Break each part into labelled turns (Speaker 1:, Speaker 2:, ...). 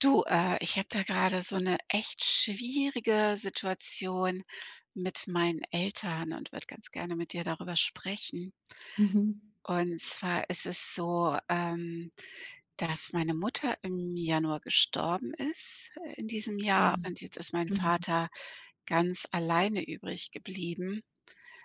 Speaker 1: Du, ich habe da gerade so eine echt schwierige Situation mit meinen Eltern und würde ganz gerne mit dir darüber sprechen.
Speaker 2: Mhm.
Speaker 1: Und zwar ist es so, dass meine Mutter im Januar gestorben ist, in diesem
Speaker 2: Ah,
Speaker 1: Jahr und jetzt ist mein
Speaker 2: mhm.
Speaker 1: Vater ganz alleine übrig geblieben.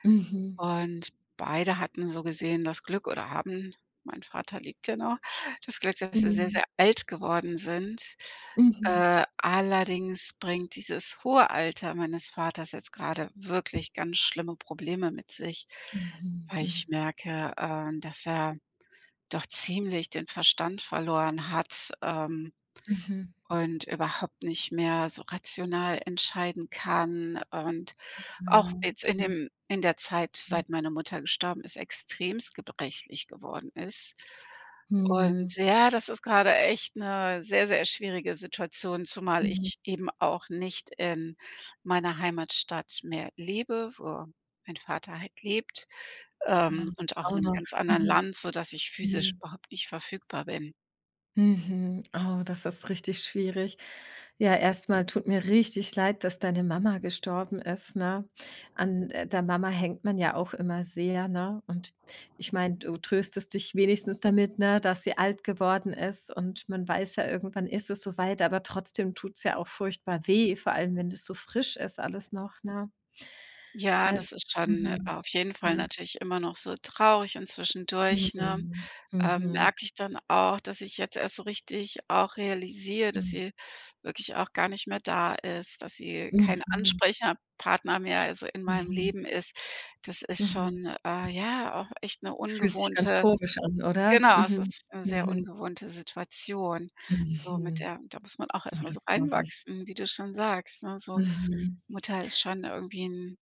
Speaker 2: Mhm.
Speaker 1: Und beide hatten so gesehen das Glück oder haben mein Vater lebt ja noch, das Glück, dass sie sehr,
Speaker 2: Mhm.
Speaker 1: sehr alt geworden sind.
Speaker 2: Mhm.
Speaker 1: Allerdings bringt dieses hohe Alter meines Vaters jetzt gerade wirklich ganz schlimme Probleme mit sich,
Speaker 2: Mhm.
Speaker 1: weil ich
Speaker 2: Mhm.
Speaker 1: merke, dass er doch ziemlich den Verstand verloren hat,
Speaker 2: Mhm.
Speaker 1: und überhaupt nicht mehr so rational entscheiden kann und
Speaker 2: Ah ja.
Speaker 1: auch jetzt in
Speaker 2: Mhm.
Speaker 1: dem in der Zeit,
Speaker 2: Mhm.
Speaker 1: seit meine Mutter gestorben ist, extremst gebrechlich geworden ist. Und
Speaker 2: Mhm.
Speaker 1: ja, das ist gerade echt eine sehr, sehr schwierige Situation, zumal
Speaker 2: Mhm.
Speaker 1: ich eben auch nicht in meiner Heimatstadt mehr lebe, wo mein Vater halt lebt,
Speaker 2: Ah, das
Speaker 1: und auch in
Speaker 2: auch
Speaker 1: einem
Speaker 2: noch.
Speaker 1: ganz anderen
Speaker 2: Mhm.
Speaker 1: Land, so dass ich physisch
Speaker 2: Mhm.
Speaker 1: überhaupt nicht verfügbar bin.
Speaker 2: Mhm. Oh, das ist richtig schwierig. Ja, erstmal tut mir richtig leid, dass deine Mama gestorben ist, ne? An, der Mama hängt man ja auch immer sehr, ne? Und ich meine, du tröstest dich wenigstens damit, ne, dass sie alt geworden ist und man weiß ja, irgendwann ist es so weit, aber trotzdem tut's ja auch furchtbar weh, vor allem wenn es so frisch ist alles noch, ne?
Speaker 1: Ja,
Speaker 2: Also
Speaker 1: das ist schon
Speaker 2: mhm,
Speaker 1: auf jeden Fall
Speaker 2: mhm,
Speaker 1: natürlich immer noch so traurig und zwischendurch, ne,
Speaker 2: mhm, mhm,
Speaker 1: merke ich dann auch, dass ich jetzt erst so richtig auch realisiere, dass
Speaker 2: mhm,
Speaker 1: sie wirklich auch gar nicht mehr da ist, dass sie
Speaker 2: mhm,
Speaker 1: kein
Speaker 2: mhm,
Speaker 1: Ansprechpartner mehr also in meinem
Speaker 2: mhm.
Speaker 1: Leben ist. Das ist
Speaker 2: Mhm.
Speaker 1: schon, ja, auch echt eine
Speaker 2: Fühlt sich ganz
Speaker 1: ungewohnte
Speaker 2: komisch an, oder?
Speaker 1: genau, es
Speaker 2: Mhm.
Speaker 1: ist eine sehr
Speaker 2: Mhm.
Speaker 1: ungewohnte Situation. So mit
Speaker 2: Mhm.
Speaker 1: der da muss man auch erst
Speaker 2: Ja,
Speaker 1: mal so
Speaker 2: das glaube ich.
Speaker 1: reinwachsen, wie du schon sagst, ne? So
Speaker 2: Mhm.
Speaker 1: Mutter ist schon irgendwie 'n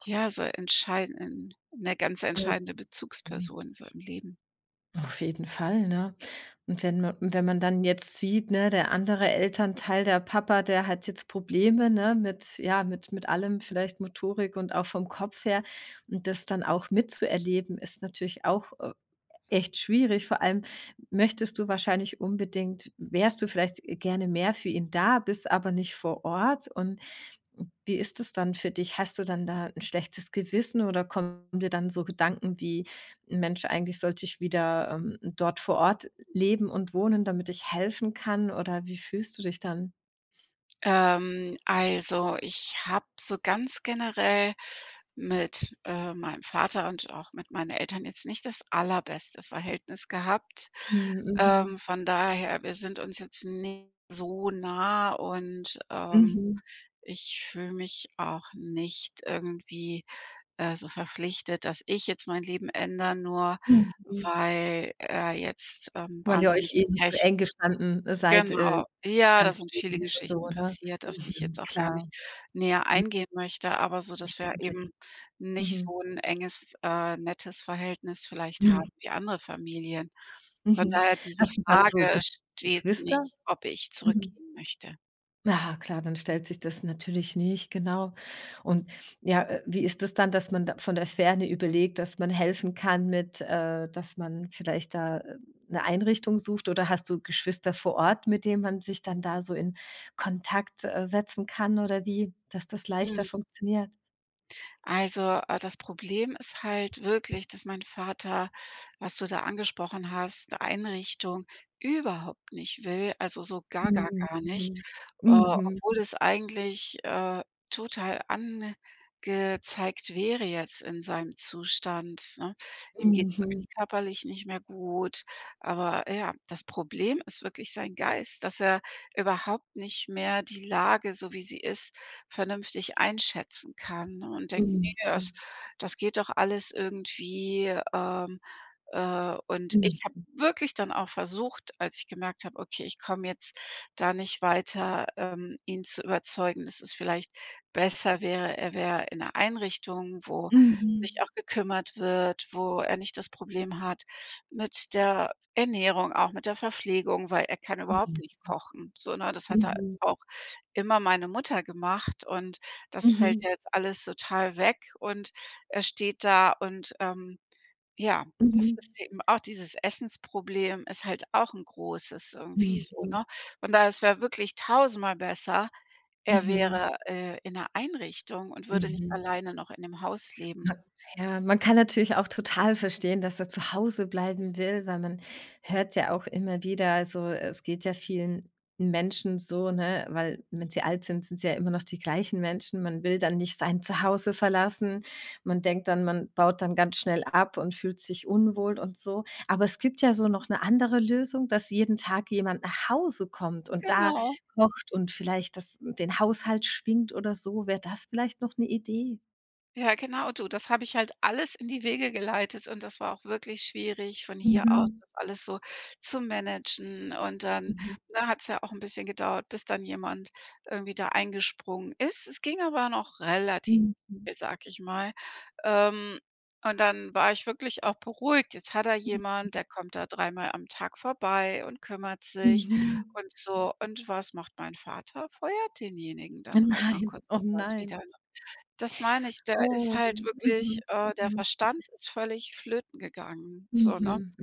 Speaker 1: ja, so entscheiden eine ganz entscheidende
Speaker 2: Mhm.
Speaker 1: Bezugsperson so im Leben.
Speaker 2: Auf jeden Fall, ne? Und wenn man dann jetzt sieht, ne, der andere Elternteil, der Papa, der hat jetzt Probleme, ne, mit ja, mit allem, vielleicht Motorik und auch vom Kopf her. Und das dann auch mitzuerleben, ist natürlich auch, echt schwierig. Vor allem möchtest du wahrscheinlich unbedingt wärst du vielleicht gerne mehr für ihn da, bist aber nicht vor Ort und wie ist es dann für dich? Hast du dann da ein schlechtes Gewissen oder kommen dir dann so Gedanken wie: „Mensch, eigentlich sollte ich wieder, dort vor Ort leben und wohnen, damit ich helfen kann“, oder wie fühlst du dich dann?
Speaker 1: Also, ich habe so ganz generell mit, meinem Vater und auch mit meinen Eltern jetzt nicht das allerbeste Verhältnis gehabt.
Speaker 2: Mhm,
Speaker 1: Von daher, wir sind uns jetzt nicht so nah und,
Speaker 2: mhm,
Speaker 1: ich fühle mich auch nicht irgendwie, so verpflichtet, dass ich jetzt mein Leben ändere, nur
Speaker 2: mhm, mhm.
Speaker 1: weil er jetzt,
Speaker 2: Weil ihr euch
Speaker 1: wahnsinnig
Speaker 2: eh nicht so
Speaker 1: gebrech
Speaker 2: eng gestanden seid,
Speaker 1: Genau.
Speaker 2: das
Speaker 1: Ja, da
Speaker 2: ganze
Speaker 1: sind viele
Speaker 2: Leben über so,
Speaker 1: Geschichten
Speaker 2: oder?
Speaker 1: passiert, auf die ich
Speaker 2: Mhm,
Speaker 1: jetzt auch gar nicht
Speaker 2: klar,
Speaker 1: näher
Speaker 2: mhm,
Speaker 1: eingehen möchte, aber so, dass wir eben
Speaker 2: verständlich.
Speaker 1: nicht
Speaker 2: Mhm.
Speaker 1: so 'n enges, nettes Verhältnis vielleicht haben
Speaker 2: Mhm,
Speaker 1: wie andere Familien. Von
Speaker 2: mhm.
Speaker 1: daher, diese
Speaker 2: Hast du dann so
Speaker 1: Frage steht
Speaker 2: Geschwister?
Speaker 1: nicht, ob ich
Speaker 2: Mhm.
Speaker 1: zurückgehen möchte.
Speaker 2: Ja, klar, dann stellt sich das natürlich nicht, genau. Und ja, wie ist es dann, dass man da von der Ferne überlegt, dass man helfen kann mit, dass man vielleicht da 'ne Einrichtung sucht oder hast du Geschwister vor Ort, mit denen man sich dann da so in Kontakt, setzen kann oder wie, dass das
Speaker 1: Mhm.
Speaker 2: leichter funktioniert?
Speaker 1: Also, das Problem ist halt wirklich, dass mein Vater, was du da angesprochen hast, eine Einrichtung überhaupt nicht will, also so gar, gar,
Speaker 2: Mhm,
Speaker 1: gar nicht,
Speaker 2: mhm. Mhm,
Speaker 1: obwohl es eigentlich, total angezeigt wäre jetzt in seinem Zustand, ne? Ihm geht's
Speaker 2: mhm,
Speaker 1: wirklich körperlich nicht mehr gut, aber ja, das Problem ist wirklich sein Geist, dass er überhaupt nicht mehr die Lage, so wie sie ist, vernünftig einschätzen kann ne, und denkt: „Ne,
Speaker 2: mhm,
Speaker 1: das
Speaker 2: mhm,
Speaker 1: das geht doch alles irgendwie“, und ich habe
Speaker 2: mhm,
Speaker 1: wirklich dann auch versucht, als ich gemerkt habe, okay, ich komme jetzt da nicht weiter, ihn zu überzeugen, dass es vielleicht besser wäre, er wäre in einer Einrichtung, wo
Speaker 2: mhm,
Speaker 1: sich auch gekümmert wird, wo er nicht das Problem hat mit der Ernährung, auch mit der Verpflegung, weil er kann überhaupt nicht kochen, so, ne? Das hat er
Speaker 2: mhm,
Speaker 1: auch immer meine Mutter gemacht und das Mhm.
Speaker 2: mhm,
Speaker 1: fällt ja jetzt alles total weg und er steht da und, ja, das
Speaker 2: mhm,
Speaker 1: ist eben auch dieses Essensproblem ist halt auch 'n großes irgendwie so,
Speaker 2: mhm,
Speaker 1: ne? Von daher, es wäre wirklich tausendmal besser, er
Speaker 2: mhm,
Speaker 1: wäre, in 'ner Einrichtung und würde nicht
Speaker 2: mhm.
Speaker 1: alleine noch in dem Haus leben.
Speaker 2: Na ja, man kann natürlich auch total verstehen, dass er zu Hause bleiben will, weil man hört ja auch immer wieder also, es geht ja vielen Menschen so, ne, weil wenn sie alt sind, sind es ja immer noch die gleichen Menschen. Man will dann nicht sein Zuhause verlassen. Man denkt dann, man baut dann ganz schnell ab und fühlt sich unwohl und so. Aber es gibt ja so noch eine andere Lösung, dass jeden Tag jemand nach Hause kommt und da
Speaker 1: Genau.
Speaker 2: kocht und vielleicht das den Haushalt schwingt oder so. Wäre das vielleicht noch eine Idee?
Speaker 1: Ja, genau du, das habe ich halt alles in die Wege geleitet und das war auch wirklich schwierig, von hier aus
Speaker 2: Mhm.
Speaker 1: das alles so zu managen. Und dann,
Speaker 2: Mhm.
Speaker 1: ne, hat's ja auch ein bisschen gedauert, bis dann jemand irgendwie da eingesprungen ist. Es ging aber noch relativ
Speaker 2: Mhm. Mhm.
Speaker 1: sag ich mal. Ähm, und dann war ich wirklich auch beruhigt. Jetzt hat er jemand, der kommt da dreimal am Tag vorbei und kümmert sich
Speaker 2: Mhm.
Speaker 1: und so. Und was macht mein Vater? Feuert denjenigen
Speaker 2: Oh
Speaker 1: dann halt nach
Speaker 2: nein,
Speaker 1: kurzer
Speaker 2: oh
Speaker 1: Zeit wieder.
Speaker 2: nein.
Speaker 1: Das meine ich, da ist
Speaker 2: Oh.
Speaker 1: halt wirklich
Speaker 2: Mhm.
Speaker 1: der
Speaker 2: Mhm.
Speaker 1: Verstand ist völlig flöten gegangen, so, ne?
Speaker 2: Mhm.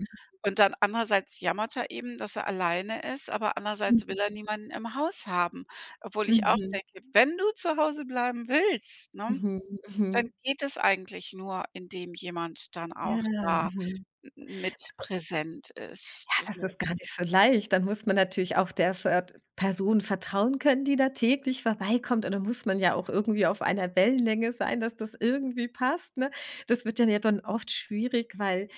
Speaker 1: Und dann andererseits jammert er eben, dass er alleine ist, aber andererseits
Speaker 2: Mhm.
Speaker 1: will er niemanden im Haus haben, obwohl ich auch
Speaker 2: Mhm.
Speaker 1: denke: „Wenn du zu Hause bleiben willst, ne,
Speaker 2: Mhm. Mhm.
Speaker 1: dann geht es eigentlich nur, indem jemand dann
Speaker 2: Ja,
Speaker 1: auch da
Speaker 2: mhm.
Speaker 1: m mit präsent ist.“
Speaker 2: Ja, das
Speaker 1: So.
Speaker 2: ist gar nicht so leicht. Dann muss man natürlich auch der vert Person vertrauen können, die da täglich vorbeikommt. Und dann muss man ja auch irgendwie auf einer Wellenlänge sein, dass das irgendwie passt, ne? Das wird dann ja dann oft schwierig, weil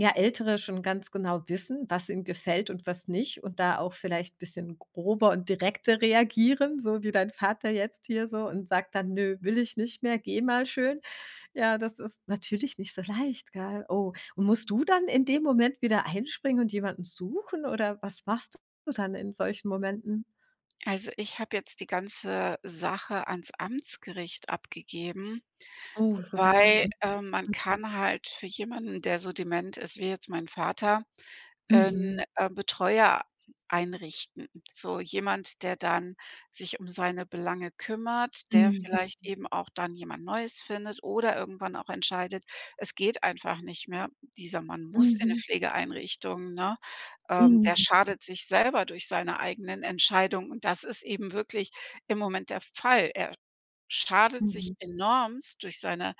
Speaker 2: ja Ältere schon ganz genau wissen, was ihnen gefällt und was nicht und da auch vielleicht ein bisschen grober und direkter reagieren, so wie dein Vater jetzt hier so und sagt dann: „Nö, will ich nicht mehr, geh mal schön.“ Ja, das ist natürlich nicht so leicht, gell? Oh, und musst du dann in dem Moment wieder einspringen und jemanden suchen oder was machst du dann in solchen Momenten?
Speaker 1: Also, ich habe jetzt die ganze Sache ans Amtsgericht abgegeben.
Speaker 2: Oh, sogar.
Speaker 1: Weil, man kann halt für jemanden, der so dement ist wie jetzt mein Vater, 'n,
Speaker 2: Mhm.
Speaker 1: Betreuer einrichten. So jemand, der dann sich um seine Belange kümmert, der
Speaker 2: Mhm.
Speaker 1: vielleicht eben auch dann jemand Neues findet oder irgendwann auch entscheidet: „Es geht einfach nicht mehr. Dieser Mann muss in 'ne
Speaker 2: Mhm.
Speaker 1: Pflegeeinrichtung“, ne? Der
Speaker 2: Mhm.
Speaker 1: schadet sich selber durch seine eigenen Entscheidungen und das ist eben wirklich im Moment der Fall. Er schadet sich
Speaker 2: Mhm.
Speaker 1: enormst durch seine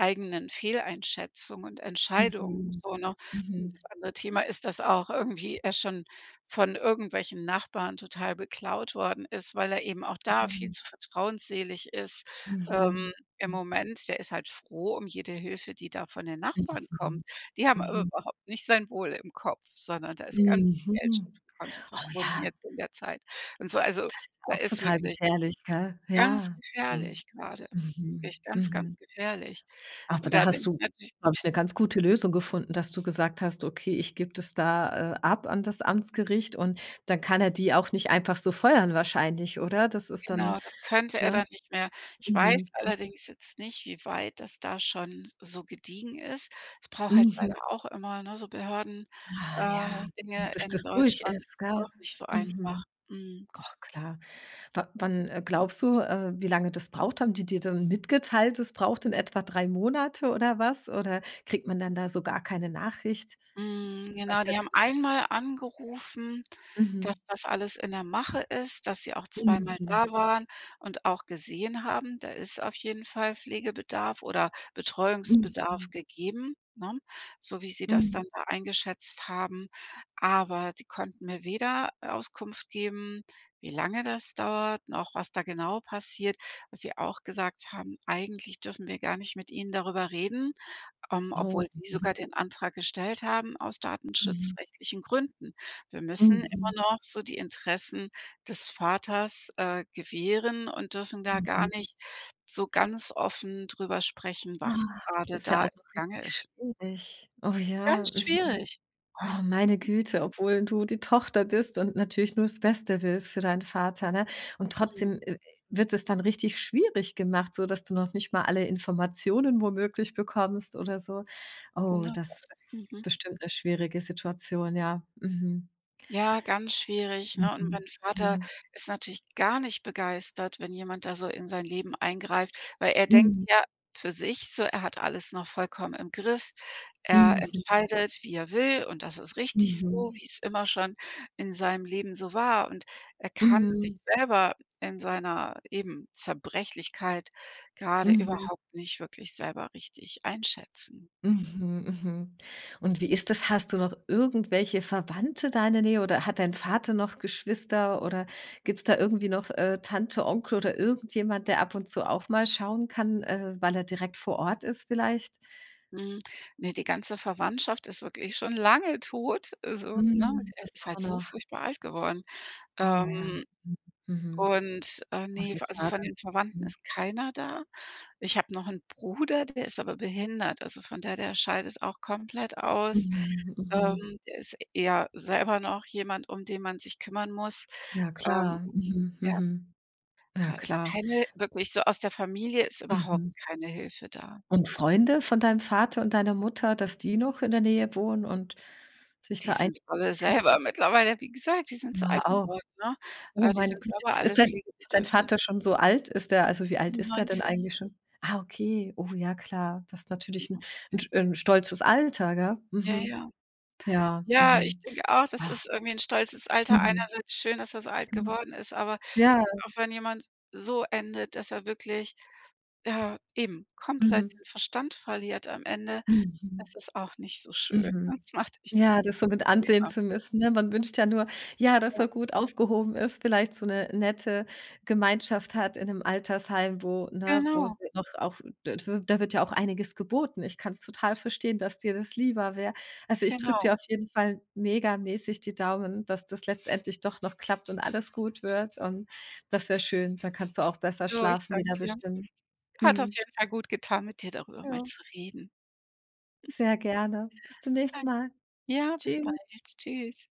Speaker 1: eigenen Fehleinschätzungen und Entscheidungen
Speaker 2: Mhm.
Speaker 1: so, ne? Und
Speaker 2: Mhm.
Speaker 1: das andere Thema ist, dass auch irgendwie er schon von irgendwelchen Nachbarn total beklaut worden ist, weil er eben auch da viel
Speaker 2: Mhm.
Speaker 1: zu vertrauensselig ist.
Speaker 2: Mhm.
Speaker 1: Ähm, im Moment, der ist halt froh um jede Hilfe, die da von den
Speaker 2: Mhm.
Speaker 1: Nachbarn kommt. Die haben
Speaker 2: Mhm.
Speaker 1: aber
Speaker 2: Mhm.
Speaker 1: überhaupt nicht sein Wohl im Kopf, sondern da ist ganz viel Geld
Speaker 2: Mhm.
Speaker 1: schon vom Konto
Speaker 2: Oh
Speaker 1: verschwunden
Speaker 2: ja,
Speaker 1: jetzt in der Zeit und so. Also, da
Speaker 2: auch
Speaker 1: ist
Speaker 2: total
Speaker 1: wirklich
Speaker 2: gefährlich, gell?
Speaker 1: ganz
Speaker 2: Ja. Mhm.
Speaker 1: gefährlich gerade
Speaker 2: Mhm.
Speaker 1: wirklich ganz, ganz
Speaker 2: Mhm.
Speaker 1: gefährlich.
Speaker 2: Aber
Speaker 1: Und da
Speaker 2: da
Speaker 1: bin
Speaker 2: hast
Speaker 1: ich
Speaker 2: du,
Speaker 1: natürlich
Speaker 2: glaube ich, eine ganz gute Lösung gefunden, dass du gesagt hast: „Okay, ich gebe das da, ab an das Amtsgericht“ und dann kann er die auch nicht einfach so feuern wahrscheinlich, oder? Das ist dann,
Speaker 1: genau, das könnte er
Speaker 2: ne?
Speaker 1: dann nicht mehr. Ich weiß
Speaker 2: Mhm.
Speaker 1: allerdings jetzt nicht, wie weit das da schon so gediegen ist. Es braucht halt
Speaker 2: Mhm.
Speaker 1: leider auch immer, ne, so Behörden
Speaker 2: Ah
Speaker 1: äh,
Speaker 2: ja,
Speaker 1: Dinge
Speaker 2: bis
Speaker 1: in
Speaker 2: das durch
Speaker 1: Deutschland, ist
Speaker 2: ist, gell?
Speaker 1: auch nicht so einfach.
Speaker 2: Mhm.
Speaker 1: Mhm.
Speaker 2: Oh, klar. Wa wann, glaubst du, wie lange das braucht? Haben die dir dann mitgeteilt, das braucht in etwa 3 Monate oder was? Oder kriegt man dann da so gar keine Nachricht,
Speaker 1: Hm,
Speaker 2: was
Speaker 1: genau, die haben
Speaker 2: dazwischen stand?
Speaker 1: einmal angerufen,
Speaker 2: Mhm.
Speaker 1: dass das alles in der Mache ist, dass sie auch zweimal
Speaker 2: Mhm.
Speaker 1: da waren und auch gesehen haben, da ist auf jeden Fall Pflegebedarf oder Betreuungsbedarf
Speaker 2: Mhm.
Speaker 1: gegeben, ne? So wie sie das
Speaker 2: Mhm.
Speaker 1: dann da eingeschätzt haben. Aber sie konnten mir weder Auskunft geben, wie lange das dauert, noch was da genau passiert, was sie auch gesagt haben: „Eigentlich dürfen wir gar nicht mit Ihnen darüber reden,
Speaker 2: Oh,
Speaker 1: obwohl sie sogar den Antrag gestellt haben aus
Speaker 2: mhm.
Speaker 1: datenschutzrechtlichen Gründen. Wir müssen immer
Speaker 2: Mhm,
Speaker 1: noch so die Interessen des Vaters, gewähren und dürfen da gar
Speaker 2: mhm.
Speaker 1: nicht so ganz offen drüber sprechen, was
Speaker 2: Ah, das
Speaker 1: gerade
Speaker 2: ist ja
Speaker 1: da
Speaker 2: auch
Speaker 1: im
Speaker 2: noch richtig
Speaker 1: Gange ist.
Speaker 2: schwierig. Oh
Speaker 1: Ganz
Speaker 2: ja, mhm.
Speaker 1: schwierig.
Speaker 2: Oh, meine Güte, obwohl du die Tochter bist und natürlich nur das Beste willst für deinen Vater, ne? Und
Speaker 1: Mhm,
Speaker 2: trotzdem, wird es dann richtig schwierig gemacht, so dass du noch nicht mal alle Informationen womöglich bekommst oder so. Oh,
Speaker 1: genau
Speaker 2: das
Speaker 1: das.
Speaker 2: ist
Speaker 1: Mhm.
Speaker 2: bestimmt eine schwierige Situation, ja. Mhm.
Speaker 1: Ja, ganz schwierig, ne? Und
Speaker 2: Mhm.
Speaker 1: mein Vater
Speaker 2: Mhm.
Speaker 1: ist natürlich gar nicht begeistert, wenn jemand da so in sein Leben eingreift, weil er denkt
Speaker 2: Mhm.
Speaker 1: ja für sich so, er hat alles noch vollkommen im Griff. Er
Speaker 2: Mhm.
Speaker 1: entscheidet, wie er will, und das ist richtig so,
Speaker 2: Mhm.
Speaker 1: wie es immer schon in seinem Leben so war. Und er kann sich
Speaker 2: Mhm.
Speaker 1: selber in seiner eben Zerbrechlichkeit gerade
Speaker 2: Mhm.
Speaker 1: überhaupt nicht wirklich selber richtig einschätzen.
Speaker 2: Mhm, mhm. Und wie ist das? Hast du noch irgendwelche Verwandte da in der Nähe oder hat dein Vater noch Geschwister oder gibt's da irgendwie noch, Tante, Onkel oder irgendjemand, der ab und zu auch mal schauen kann, weil er direkt vor Ort ist vielleicht?
Speaker 1: Mhm. Ne, die ganze Verwandtschaft ist wirklich schon lange tot. Also, ne, Mhm.
Speaker 2: Hm, das
Speaker 1: ist halt
Speaker 2: auch
Speaker 1: so
Speaker 2: noch.
Speaker 1: furchtbar alt geworden.
Speaker 2: Oh ja.
Speaker 1: Ähm,
Speaker 2: Mhm, mhm.
Speaker 1: und,
Speaker 2: Das
Speaker 1: ne,
Speaker 2: ist
Speaker 1: also
Speaker 2: schade.
Speaker 1: von den Verwandten
Speaker 2: Mhm.
Speaker 1: ist keiner da. Ich habe noch einen Bruder, der ist aber behindert. Also von der scheidet auch komplett aus.
Speaker 2: Mhm,
Speaker 1: Ähm,
Speaker 2: mhm.
Speaker 1: der ist eher selber noch jemand, um den man sich kümmern muss.
Speaker 2: Ja
Speaker 1: Ähm,
Speaker 2: klar. Mhm,
Speaker 1: ja,
Speaker 2: mhm. Ja
Speaker 1: da ist
Speaker 2: klar.
Speaker 1: keine wirklich so aus der Familie ist überhaupt
Speaker 2: Mhm.
Speaker 1: keine Hilfe da.
Speaker 2: Und Freunde von deinem Vater und deiner Mutter, dass die noch in der Nähe wohnen und sich
Speaker 1: Die
Speaker 2: da ein.
Speaker 1: sind alle selber mittlerweile wie gesagt, die sind so
Speaker 2: Ah,
Speaker 1: alt
Speaker 2: auch.
Speaker 1: geworden, ne?
Speaker 2: Oh,
Speaker 1: Die
Speaker 2: meine
Speaker 1: sind
Speaker 2: Güte.
Speaker 1: selber alle
Speaker 2: Ist dein
Speaker 1: pflegebedürftig.
Speaker 2: Vater schon so alt? Ist der also, wie alt ist der denn
Speaker 1: 97,
Speaker 2: eigentlich schon? Ah, okay. Oh ja, klar. Das ist natürlich 'n
Speaker 1: ja.
Speaker 2: 'n sch 'n stolzes Alter, gell?
Speaker 1: Ja,
Speaker 2: Mhm.
Speaker 1: ja.
Speaker 2: Ja,
Speaker 1: Ja, ich
Speaker 2: mhm.
Speaker 1: denke auch, das ist
Speaker 2: Ach,
Speaker 1: irgendwie 'n stolzes Alter.
Speaker 2: mhm.
Speaker 1: Einerseits schön, dass er so alt
Speaker 2: Genau.
Speaker 1: geworden ist, aber
Speaker 2: Ja,
Speaker 1: auch wenn jemand so endet, dass er wirklich, ja, eben komplett
Speaker 2: mhm.
Speaker 1: den Verstand verliert am Ende,
Speaker 2: Mhm.
Speaker 1: das ist auch nicht so schön.
Speaker 2: Mhm.
Speaker 1: Das macht echt
Speaker 2: Ja, das so mit ansehen
Speaker 1: Riesenprobleme.
Speaker 2: zu müssen, ne? Man wünscht ja nur, ja, dass
Speaker 1: Ja.
Speaker 2: er gut aufgehoben ist, vielleicht so eine nette Gemeinschaft hat in 'nem Altersheim, wo ne, wo
Speaker 1: Genau,
Speaker 2: sie noch auch d da wird ja auch einiges geboten. Ich kann es total verstehen, dass dir das lieber wäre. Also, ich drücke
Speaker 1: genau.
Speaker 2: dir auf jeden Fall megamäßig die Daumen, dass das letztendlich doch noch klappt und alles gut wird und das wäre schön. Dann kannst du auch besser
Speaker 1: So, ich
Speaker 2: schlafen
Speaker 1: danke
Speaker 2: wieder
Speaker 1: dir.
Speaker 2: bestimmt.
Speaker 1: Hat auf
Speaker 2: Mhm.
Speaker 1: jeden Fall gut getan, mit dir darüber mal
Speaker 2: Ja,
Speaker 1: zu reden.
Speaker 2: sehr gerne. Bis zum nächsten
Speaker 1: Danke.
Speaker 2: Mal.
Speaker 1: Ja, bis
Speaker 2: Tschüss.
Speaker 1: bald. Tschüss.